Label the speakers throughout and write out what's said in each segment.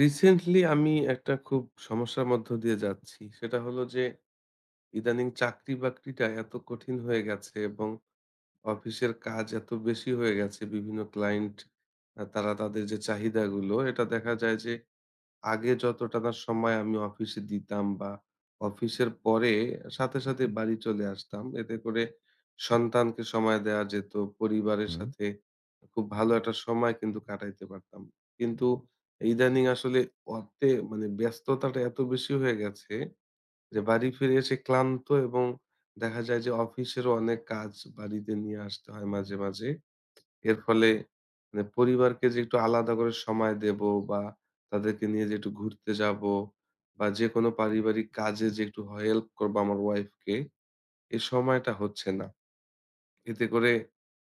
Speaker 1: Recently আমি একটা খুব সমস্যার মধ্য দিয়ে যাচ্ছি। সেটা হলো যে ইদানিং চাকরি-বাকরিটা এত কঠিন হয়ে গেছে এবং অফিসের কাজ এত বেশি হয়ে গেছে। বিভিন্ন ক্লায়েন্ট তারা তাদের যে চাহিদাগুলো এটা দেখা যায় যে আগে যতটা না সময় আমি অফিসে দিতাম বা অফিসের পরে সাথে বাড়ি চলে আসতাম। এতে করে সন্তানকে সময় দেয়া যেত। পরিবারের
Speaker 2: হুম,
Speaker 1: সাথে খুব ভালো একটা সময় কিন্তু কাটাইতে পারতাম। কিন্তু ইদানিং আসলে অর্থে মানে ব্যস্ততাটা এত বেশি হয়ে গেছে যে বাড়ি ফিরে এসে ক্লান্ত এবং দেখা যায় যে অফিসেরও অনেক কাজ বাড়িতে নিয়ে আসতে হয় মাঝে, মাঝে। এর ফলে মানে পরিবারকে যে একটু আলাদা করে সময় দেব বা তাদেরকে নিয়ে যে একটু ঘুরতে যাব বা যেকোনো পারিবারিক কাজে যে একটু হেল্প করবো আমার ওয়াইফকে, এই সময়টা হচ্ছে না। এতে করে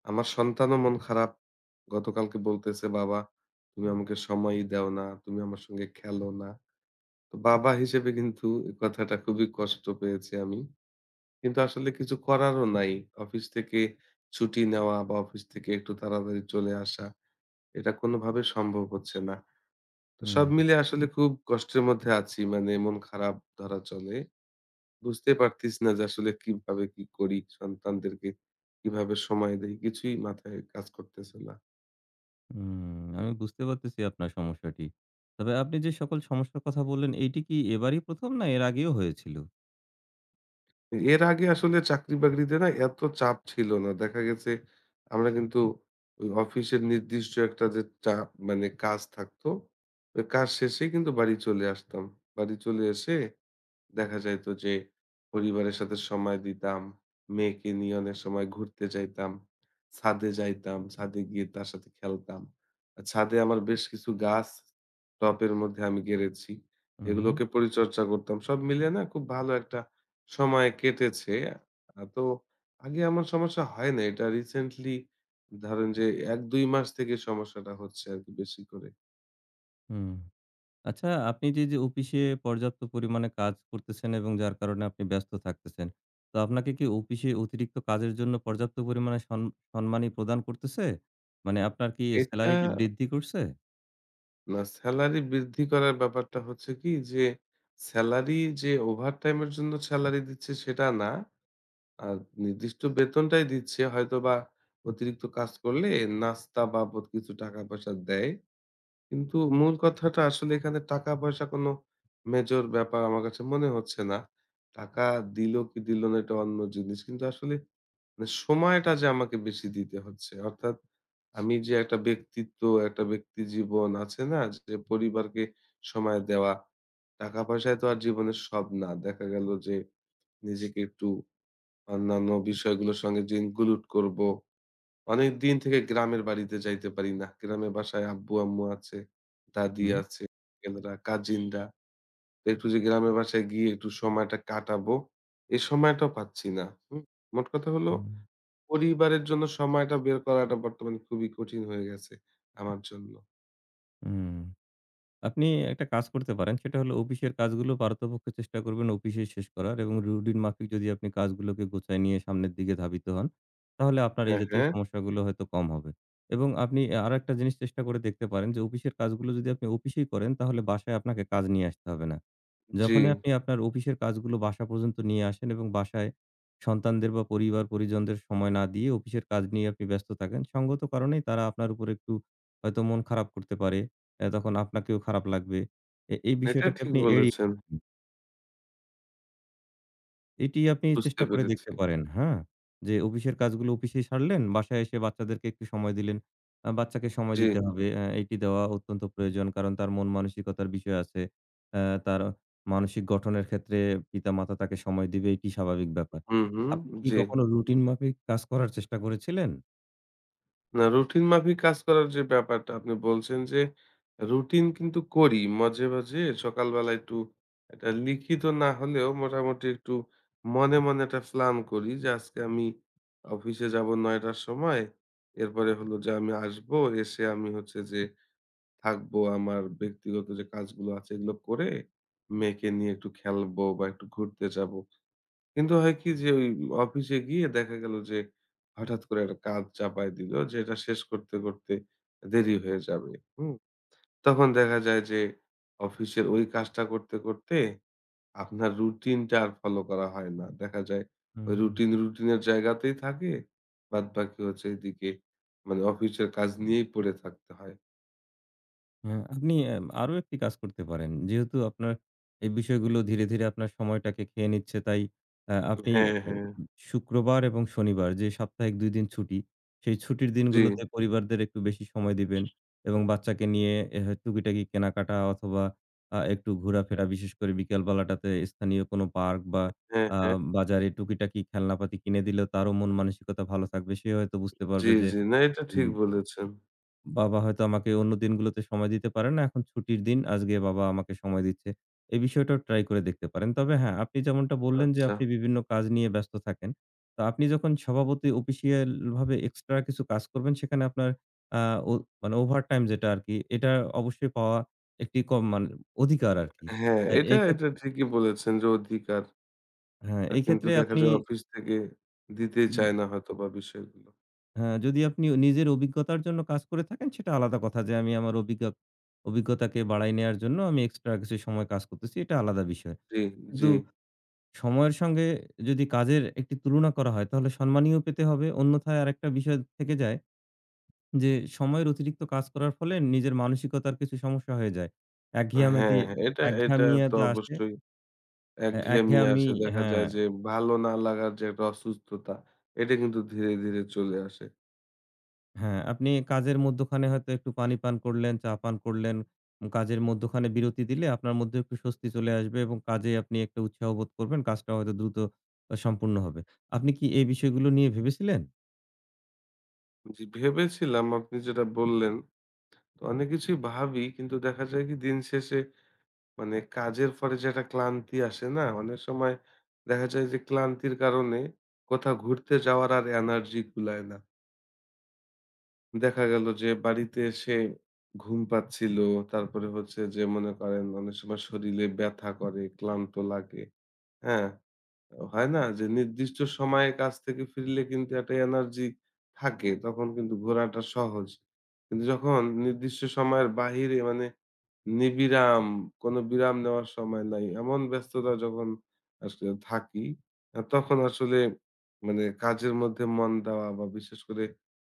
Speaker 1: আমার সন্তানও মন খারাপ। গতকালকে বলতেছে, "বাবা তুমি আমাকে সময়ই দাও না, তুমি আমার সঙ্গে খেলো না।" তো বাবা হিসেবে কিন্তু এ কথাটা খুবই কষ্ট পেয়েছি আমি। কিন্তু আসলে কিছু করারও নাই। অফিস থেকে ছুটি নেওয়া বা অফিস থেকে একটু তাড়াতাড়ি চলে আসা। এটা কোনোভাবে সম্ভব হচ্ছে না। তো
Speaker 2: হুম,
Speaker 1: সব মিলিয়ে আসলে খুব কষ্টের মধ্যে আছি। মানে মন খারাপ ধরা চলে। বুঝতে পারতেছি না যে আসলে কিভাবে কি করি? সন্তানদেরকে কিভাবে সময় দেই? কিছুই মাথায় কাজ করতেছে না।
Speaker 2: হুম। আমি বুঝতে পারতেছি আপনার সমস্যাটি। তবে আপনি যে সকল সমস্যার কথা বললেন, এইটি কি এবারই ১ম না এর আগেও হয়েছিল?
Speaker 1: এর আগে আসলে চাকরি-বাকরিতে না এত চাপ ছিল না। দেখা গেছে আমরা কিন্তু ওই অফিসের নির্দিষ্ট একটা যে চাপ মানে কাজ থাকতো, ওই কাজ শেষেই কিন্তু বাড়ি চলে আসতাম। বাড়ি চলে এসে দেখা যাইত যে পরিবারের সাথে সময় দিতাম। মেয়েকে নিয়ে অনেক সময় ঘুরতে যাইতাম। ছাদে যাইতাম, ছাদে গিয়ে তার সাথে খেলতাম। ছাদে আমার বেশ কিছু গাছ টবের মধ্যে আমি গেড়েছি।
Speaker 2: হুম,
Speaker 1: এগুলোকে পরিচর্যা করতাম। সব মিলিয়ে না খুব ভালো একটা সময় কেটেছে। তো আগে এমন সমস্যা হয় না। এটা রিসেন্টলি ধরেন যে ১-২ মাস থেকে সমস্যাটা হচ্ছে আরকি বেশি করে।
Speaker 2: হুম। আচ্ছা আপনি যে অফিসে পর্যাপ্ত পরিমাণে কাজ করতেছেন এবং যার কারণে আপনি ব্যস্ত থাকতেছেন। তো আপনাকে কি অফিসে অতিরিক্ত কাজের জন্য পর্যাপ্ত পরিমাণে সম্মানী প্রদান করতেছে? মানে আপনার কি
Speaker 1: এটা
Speaker 2: সেলারিটি বৃদ্ধি করছে?
Speaker 1: না, সেলারি বৃদ্ধি করার ব্যাপারটা হচ্ছে কি যে, সেলারি যে ওভারটাইমের জন্য সেলারি দিচ্ছে সেটা না। আর নির্দিষ্ট বেতনটাই দিচ্ছে। হয়তোবা অতিরিক্ত কাজ করলে নাস্তা বাবদ কিছু টাকা-পয়সা দেয়। কিন্তু মূল কথাটা আসলে এখানে টাকা-পয়সা কোনো মেজর ব্যাপার আমার কাছে মনে হচ্ছে না। টাকা দিল কি দিল না এটা অন্য জিনিস। কিন্তু আসলে মানে সময়টা যে আমাকে বেশি দিতে হচ্ছে। অর্থাৎ আমি যে একটা ব্যক্তিত্ব, একটা ব্যক্তি জীবন আছে না? যে পরিবারকে সময় দেওয়া। টাকা পয়সায় তো আর জীবনের সব না। দেখা গেল যে নিজেকে একটু অন্যান্য বিষয়গুলোর সঙ্গে যে ইনক্লুড করব। অনেক দিন থেকে গ্রামের বাড়িতে যাইতে পারি না। গ্রামের বাসায় আব্বু-আম্মু আছে, দাদি
Speaker 2: হুম,
Speaker 1: আছে, এনারা কাজিনরা। একটু যে গ্রামের বাসায় গিয়ে একটু সময়টা কাটাবো, এ সময়টাও পাচ্ছি না। হুম? মোট কথা হলো
Speaker 2: হুম,
Speaker 1: পরিবারের জন্য সময়টা বের করাটা বর্তমানে খুবই কঠিন হয়ে গেছে আমার জন্য।
Speaker 2: হুম। আপনি একটা কাজ করতে পারেন। সেটা হলো অফিসের কাজগুলো পারতপক্ষে চেষ্টা করবেন অফিসেই শেষ করার এবং রুটিন মাফিক যদি আপনি কাজগুলোকে গোছায় নিয়ে সামনের দিকে ধাবিত হন, তাহলে আপনার এই
Speaker 1: হ্যাঁ,
Speaker 2: জাতীয়
Speaker 1: হ্যাঁ।
Speaker 2: সমস্যাগুলো হয়তো কম হবে। এবং আপনি আরেকটা জিনিস চেষ্টা করে দেখতে পারেন যে অফিসের কাজগুলো যদি আপনি অফিসেই করেন তাহলে বাসায় আপনাকে কাজ নিয়ে আসতে হবে না।
Speaker 1: জি,
Speaker 2: যখনই আপনি আপনার অফিসের কাজগুলো বাসা পর্যন্ত নিয়ে আসেন এবং বাসায় সন্তানদের বা পরিবার-পরিজনদের সময় না দিয়ে অফিসের কাজ নিয়ে আপনি ব্যস্ত থাকেন, সঙ্গত কারণেই তারা আপনার উপর একটু হয়তো মন খারাপ করতে পারে। তখন আপনাকেও খারাপ লাগবে। এই
Speaker 1: এটা
Speaker 2: বিষয়টাকে
Speaker 1: ঠিক
Speaker 2: আপনি এড়িয়ে
Speaker 1: বলেছেন।
Speaker 2: এটি আপনি
Speaker 1: বুঝতে
Speaker 2: চেষ্টা করে
Speaker 1: পেরেছি।
Speaker 2: দেখতে পারেন, হ্যাঁ? যে অফিসের কাজগুলো অফিসেই সারলেন, বাসায় এসে বাচ্চাদেরকে একটু সময় দিলেন। বাচ্চাকে সময়
Speaker 1: জি।
Speaker 2: দিতে হবে। এটি দেওয়া অত্যন্ত প্রয়োজন। কারণ তার মন মানসিকতার বিষয় আছে। অ্যা তার মানসিক গঠনের ক্ষেত্রে পিতা-মাতা তাকে সময় দিবে এটি স্বাভাবিক ব্যাপার।
Speaker 1: হুম, হুম।
Speaker 2: আপনি কি
Speaker 1: জি।
Speaker 2: কখনো রুটিন মাফিক কাজ করার চেষ্টা করেছিলেন?
Speaker 1: না রুটিন মাফিক কাজ করার যে ব্যাপারটা আপনি বলছেন যে রুটিন কিন্তু করি। মাঝে, মাঝে সকালবেলা একটু এটা লিখিত না হলেও মোটামুটি একটু মনে, মনে একটা প্ল্যান করি যে আজকে আমি অফিসে যাব ৯ টার সময়। এরপরে হলো যে আমি আসবো, এসে আমি হচ্ছে যে থাকবো, আমার ব্যক্তিগত যে কাজগুলো আছে এগুলো করে মেয়েকে নিয়ে একটু খেলবো বা একটু ঘুরতে যাবো। কিন্তু হয় কি যে ওই অফিসে গিয়ে দেখা গেল যে হঠাৎ করে একটা কাজ চাপায় দিল যে এটা শেষ করতে, করতে দেরি হয়ে যাবে। হুম? তখন দেখা যায় যে অফিসের ওই কাজটা করতে, করতে আপনার রুটিনটা আর ফলো করা হয় না। দেখা যায় ওই
Speaker 2: হুম।
Speaker 1: রুটিন, রুটিনের জায়গাতেই থাকে। বাদবাকি হচ্ছে এদিকে মানে অফিসের কাজ নিয়েই পড়ে থাকতে হয়।
Speaker 2: হ্যাঁ, আপনি আরো একটি কাজ করতে পারেন। যেহেতু আপনার এই বিষয়গুলো ধীরে, ধীরে আপনার সময়টাকে খেয়ে নিচ্ছে তাই আপনি
Speaker 1: হ্যাঁ,
Speaker 2: ও
Speaker 1: হ্যাঁ।
Speaker 2: শুক্রবার এবং শনিবার যে সাপ্তাহিক ২ দিন ছুটি, সেই ছুটির
Speaker 1: জি।
Speaker 2: দিনগুলোতে পরিবারদের একটু বেশি সময় দিবেন এবং বাচ্চাকে নিয়ে টুকিটাকি কেনাকাটা অথবা একটু ঘোরাফেরা বিশেষ করে বিকেল বেলাটাতে স্থানীয় কোনো পার্ক বা
Speaker 1: হ্যাঁ,
Speaker 2: আ
Speaker 1: হ্যাঁ।
Speaker 2: বাজারে টুকিটাকি খেলনাপাতি কিনে দিলেও তারও মন মানসিকতা ভালো থাকবে। সে হয়তো বুঝতে
Speaker 1: জি,
Speaker 2: পারবে যে
Speaker 1: জি। না এটা ঠিক
Speaker 2: উম
Speaker 1: বলেছেন।
Speaker 2: বাবা হয়তো আমাকে অন্য দিনগুলোতে সময় দিতে পারে না। এখন ছুটির দিন, আজকে বাবা আমাকে সময় দিচ্ছে। এই বিষয়টাও ট্রাই করে দেখতে পারেন। তবে হ্যাঁ, আপনি যেমনটা বললেন যে
Speaker 1: আচ্ছা।
Speaker 2: আপনি বিভিন্ন কাজ নিয়ে ব্যস্ত থাকেন। তো আপনি যখন সভাপতি অফিসিয়াল ভাবে এক্সট্রা কিছু কাজ করবেন সেখানে আপনার আ ও মানে ওভারটাইম যেটা আরকি, এটা অবশ্যই পাওয়া একটি কম মানে অধিকার আরকি।
Speaker 1: হ্যাঁ,
Speaker 2: আ
Speaker 1: এটা
Speaker 2: এই
Speaker 1: এটা
Speaker 2: ক্ষেত্রে
Speaker 1: ঠিকই বলেছেন যে অধিকার।
Speaker 2: হ্যাঁ, এই
Speaker 1: কিন্তু
Speaker 2: ক্ষেত্রে
Speaker 1: দেখা
Speaker 2: আপনি
Speaker 1: যায় অফিস থেকে দিতেই চায় না হয়তোবা বিষয়গুলো।
Speaker 2: হ্যাঁ, যদি আপনি নিজের অভিজ্ঞতার জন্য কাজ করে থাকেন সেটা আলাদা কথা যে আমি আমার অভিজ্ঞতাকে বাড়ায় নেয়ার জন্য আমি এক্সট্রা কিছু সময় কাজ করতেছি এটা আলাদা বিষয়।
Speaker 1: জি, জি।
Speaker 2: কিন্তু সময়ের সঙ্গে যদি কাজের একটি তুলনা করা হয় তাহলে সম্মানীয় পেতে হবে। অন্যথায় আরেকটা বিষয় থেকে যায় যে সময়ের অতিরিক্ত কাজ করার ফলে নিজের মানসিকতার কিছু সমস্যা হয়ে যায়। একঘেয়ামিতে
Speaker 1: হ্যাঁ, হ্যাঁ। এটা এটা
Speaker 2: একঘেয়ামি
Speaker 1: তো
Speaker 2: একটা আসে।
Speaker 1: অবশ্যই একঘেয়েমি
Speaker 2: একঘেয়ামি
Speaker 1: আসে। দেখা
Speaker 2: হ্যাঁ,
Speaker 1: যায় যে ভালো না লাগার যে একটা অসুস্থতা, এটা কিন্তু ধীরে, ধীরে চলে আসে।
Speaker 2: হ্যাঁ, আপনি কাজের মধ্যখানে হয়তো একটু পানি পান করলেন, চা পান করলেন। কাজের মধ্যখানে বিরতি দিলে আপনার মধ্যে একটু স্বস্তি চলে আসবে এবং কাজে আপনি একটা উৎসাহ বোধ করবেন। কাজটা হয়তো দ্রুত সম্পূর্ণ হবে। আপনি কি এই বিষয়গুলো নিয়ে ভেবেছিলেন?
Speaker 1: জি ভেবেছিলাম আপনি যেটা বললেন, অনেক কিছুই ভাবি কিন্তু দেখা যায় কি দিন শেষে মানে কাজের পরে যে একটা ক্লান্তি আসে না? অনেক সময় দেখা যায় যে ক্লান্তির কারণে কোথাও ঘুরতে যাওয়ার আর এনার্জি কুলায় না। দেখা গেল যে বাড়িতে এসে ঘুম পাচ্ছিল। তারপরে হচ্ছে যে মনে করেন অনেক সময় শরীরে ব্যথা করে, ক্লান্ত লাগে। হ্যাঁ? হয় না? যে নির্দিষ্ট সময়ে কাজ থেকে ফিরলে কিন্তু একটা এনার্জি থাকে। তখন কিন্তু ঘোরাটা সহজ। কিন্তু যখন নির্দিষ্ট সময়ের বাহিরে মানে নিবিরাম, কোনো বিরাম নেওয়ার সময় নাই। এমন ব্যস্ততা যখন আসলে থাকি, তখন আসলে মানে কাজের মধ্যে মন দেওয়া বা বিশেষ করে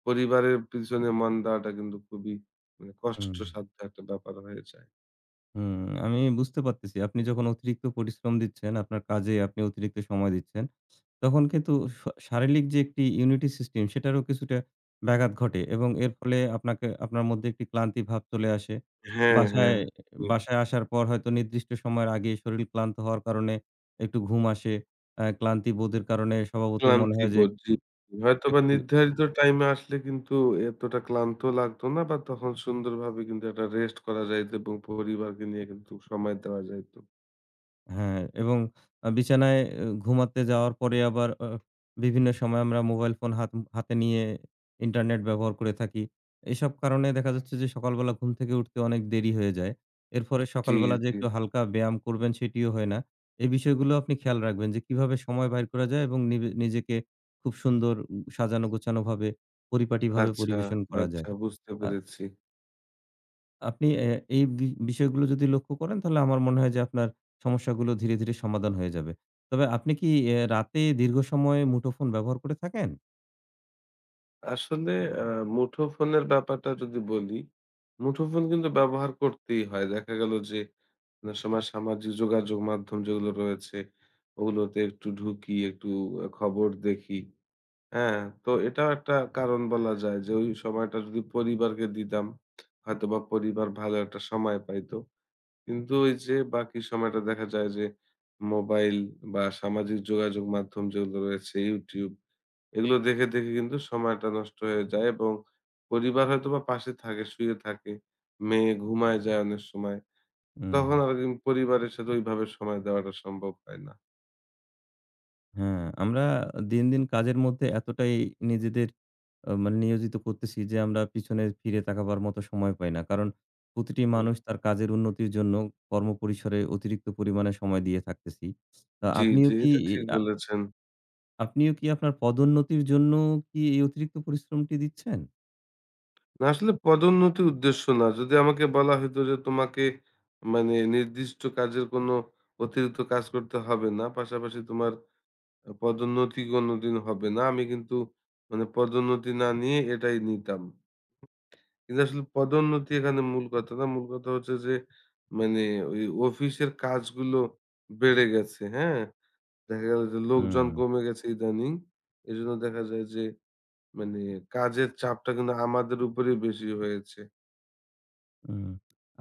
Speaker 1: পরিবারের পিছনে মন দেওয়াটা কিন্তু খুবই মানে
Speaker 2: হুম।
Speaker 1: কষ্টসাধ্য একটা ব্যাপার হয়ে যায়।
Speaker 2: হুম, আমি বুঝতে পারতেছি। আপনি যখন অতিরিক্ত পরিশ্রম দিচ্ছেন, আপনার কাজে আপনি অতিরিক্ত সময় দিচ্ছেন। তখন কিন্তু শারীরিক যে একটি ইউনিটি সিস্টেম সেটারও কিছুটা ব্যাঘাত ঘটে এবং এর ফলে আপনাকে আপনার মধ্যে একটি ক্লান্তি ভাব চলে আসে।
Speaker 1: হ্যাঁ,
Speaker 2: বাসায়
Speaker 1: হ্যাঁ। জি,
Speaker 2: বাসায় আসার পর হয়তো নির্দিষ্ট সময়ের আগে শরীর ক্লান্ত হওয়ার কারণে একটু ঘুম আসে। ক্লান্তি বোধের কারণে স্বভাবতই মনে
Speaker 1: ক্লান্তি
Speaker 2: হয় যে
Speaker 1: বোধ,
Speaker 2: একটু,
Speaker 1: জি। হয়তোবা
Speaker 2: একটু
Speaker 1: নির্ধারিত টাইমে আসলে কিন্তু এতটা ক্লান্ত লাগতো না বা তখন সুন্দরভাবে কিন্তু একটা রেস্ট করা যাইত এবং পরিবারকে নিয়ে কিন্তু সময় দেওয়া যাইত।
Speaker 2: হ্যাঁ, এবং বিছানায় ঘুমাতে যাওয়ার পরে আবার বিভিন্ন সময় আমরা মোবাইল ফোন হাতে নিয়ে ইন্টারনেট ব্যবহার করে থাকি। এসব কারণে দেখা যাচ্ছে যে সকালবেলা ঘুম থেকে উঠতে অনেক দেরি হয়ে যায়। এর ফলে
Speaker 1: জি,
Speaker 2: সকালবেলা যে
Speaker 1: জি।
Speaker 2: একটু হালকা ব্যায়াম করবেন সেটিও হয় না। এই বিষয়গুলো আপনি খেয়াল রাখবেন যে কিভাবে সময় বাইর করা যায় এবং নিজেকে খুব সুন্দর সাজানো গোছানো ভাবে পরিপাটিভাবে
Speaker 1: আচ্ছা,
Speaker 2: পরিবেশন করা
Speaker 1: আচ্ছা
Speaker 2: যায়।
Speaker 1: বুঝতে
Speaker 2: আ
Speaker 1: পেরেছি।
Speaker 2: আপনি এই বিষয়গুলো যদি লক্ষ্য করেন তাহলে আমার মনে হয় যে আপনার সমস্যাগুলো ধীরে, ধীরে সমাধান হয়ে যাবে। তবে আপনি কি রাতে দীর্ঘ সময় মুঠোফোন ব্যবহার করে থাকেন?
Speaker 1: আসলে আ মুঠোফোনের ব্যাপারটা যদি বলি, মুঠোফোন কিন্তু ব্যবহার করতেই হয়। দেখা গেল যে অনেক সময় সামাজিক যোগাযোগ মাধ্যম যেগুলো রয়েছে ওগুলোতে একটু ঢুকি, একটু খবর দেখি। হ্যাঁ? তো এটাও একটা কারণ বলা যায় যে ওই সময়টা যদি পরিবারকে দিতাম হয়তোবা পরিবার ভালো একটা সময় পাইতো। কিন্তু ওই যে বাকি সময়টা দেখা যায় যে মোবাইল বা সামাজিক যোগাযোগ মাধ্যম যেগুলো রয়েছে YouTube এগুলো দেখে, দেখে কিন্তু সময়টা নষ্ট হয়ে যায় এবং পরিবার হয়তোবা পাশে থাকে, শুয়ে থাকে। মেয়ে ঘুমায় যায় অনেক সময়।
Speaker 2: হুম,
Speaker 1: তখন আর কিন্তু পরিবারের সাথে ওইভাবে সময় দেওয়াটা সম্ভব হয় না।
Speaker 2: হ্যাঁ, আমরা দিন, দিন কাজের মধ্যে এতটাই নিজেদের মানে নিয়োজিত করতেছি যে আমরা পিছনে ফিরে তাকাবার মতো সময় পাই না। কারণ প্রতিটি
Speaker 1: হুম।
Speaker 2: মানুষ তার কাজের উন্নতির জন্য কর্মপরিসরে অতিরিক্ত পরিমাণে সময় দিয়ে থাকতেছি। আ
Speaker 1: জি,
Speaker 2: আপনিও
Speaker 1: জি,
Speaker 2: কি
Speaker 1: এটা
Speaker 2: ই
Speaker 1: ঠিক
Speaker 2: আ
Speaker 1: বলেছেন।
Speaker 2: আপনিও কি আপনার পদোন্নতির জন্য কি এই অতিরিক্ত পরিশ্রমটি দিচ্ছেন?
Speaker 1: না আসলে পদোন্নতি উদ্দেশ্য না। যদি আমাকে বলা হইতো যে তোমাকে মানে নির্দিষ্ট কাজের কোনো অতিরিক্ত কাজ করতে হবে না। পাশাপাশি তোমার পদোন্নতি কোনদিন হবে না। আমি কিন্তু মানে পদোন্নতি না নিয়ে এটাই নিতাম। কিন্তু আসলে পদোন্নতি এখানে মূল কথা না। মূল কথা হচ্ছে যে মানে ওই অফিসের কাজগুলো বেড়ে গেছে, হ্যাঁ? দেখা গেল যে
Speaker 2: হুম।
Speaker 1: লোকজন কমে গেছে ইদানিং। এজন্য দেখা যায় যে মানে কাজের চাপটা কিন্তু আমাদের উপরেই বেশি হয়েছে।
Speaker 2: হুম।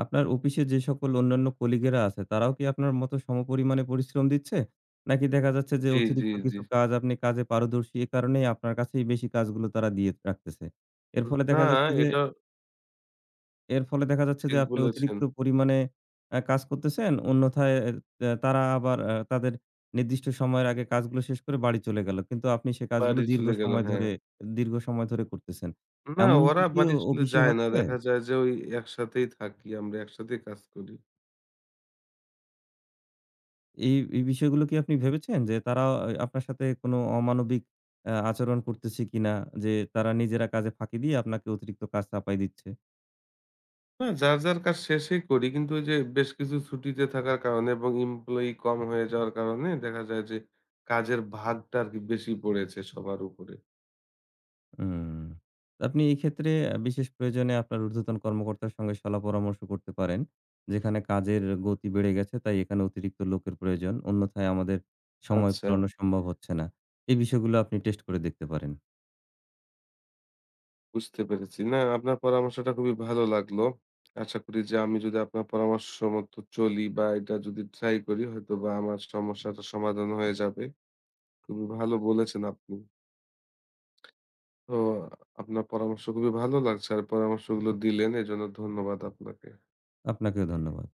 Speaker 2: আপনার অফিসে যে সকল অন্যান্য কলিগেরা আছে, তারাও কি আপনার মতো সমপরিমাণে পরিশ্রম দিচ্ছে? নাকি দেখা যাচ্ছে যে
Speaker 1: জি, জি,
Speaker 2: অতিরিক্ত
Speaker 1: জি।
Speaker 2: কিছু কাজ আপনি কাজে পারদর্শী, এ কারণেই আপনার কাছেই বেশি কাজগুলো তারা দিয়ে রাখতেছে? এর ফলে
Speaker 1: না
Speaker 2: দেখা যাচ্ছে যে
Speaker 1: এটা
Speaker 2: এর ফলে দেখা যাচ্ছে
Speaker 1: ঠিক
Speaker 2: যে আপনি
Speaker 1: বলেছেন।
Speaker 2: অতিরিক্ত পরিমাণে কাজ করতেছেন, অন্যথায় এ তা তারা আবার তাদের নির্দিষ্ট সময়ের আগে কাজগুলো শেষ করে বাড়ি চলে গেল। কিন্তু আপনি সে কাজগুলো
Speaker 1: বাড়ি চলে গেল, হ্যাঁ।
Speaker 2: দীর্ঘ সময় ধরে করতেছেন।
Speaker 1: না
Speaker 2: এমনটি
Speaker 1: ওরা
Speaker 2: কিও
Speaker 1: বাড়ি চলে
Speaker 2: অফিসে
Speaker 1: যায় না।
Speaker 2: হচ্ছে?
Speaker 1: দেখা যায় যে ওই একসাথেই থাকি আমরা, একসাথেই কাজ করি।
Speaker 2: এই বিষয়গুলো কি আপনি ভেবেছেন যে তারা আপনার সাথে কোনো অমানবিক আচরণ করতেছে কিনা? যে তারা নিজেরা কাজে ফাঁকি দিয়ে আপনাকে অতিরিক্ত কাজ চাপায় দিচ্ছে?
Speaker 1: না, যার কাজ শেষেই করি। কিন্তু ওই যে বেশ কিছু ছুটিতে থাকার কারণে এবং এমপ্লয়ি কম হয়ে যাওয়ার কারণে দেখা যায় যে কাজের ভাগটা আরকি বেশি পড়েছে সবার উপরে।
Speaker 2: উম আপনি এই ক্ষেত্রে বিশেষ প্রয়োজনে আপনার ঊর্ধ্বতন কর্মকর্তার সঙ্গে পরামর্শ করতে পারেন। যেখানে কাজের গতি বেড়ে গেছে তাই এখানে অতিরিক্ত লোকের প্রয়োজন। অন্যথায় আমাদের সময়
Speaker 1: আচ্ছা,
Speaker 2: কুলানো সম্ভব হচ্ছে না। এই বিষয়গুলো আপনি টেস্ট করে দেখতে পারেন।
Speaker 1: বুঝতে পেরেছি। না, আপনার পরামর্শটা খুবই ভালো লাগলো। আশা করি যে আমি যদি আপনার পরামর্শ মতো চলি বা এটা যদি ট্রাই করি হয়তোবা আমার সমস্যাটা সমাধান হয়ে যাবে। খুবই ভালো বলেছেন আপনি। তো আপনার পরামর্শ খুবই ভালো লাগছে আর পরামর্শগুলো দিলেন এজন্য ধন্যবাদ আপনাকে।
Speaker 2: আপনাকেও ধন্যবাদ।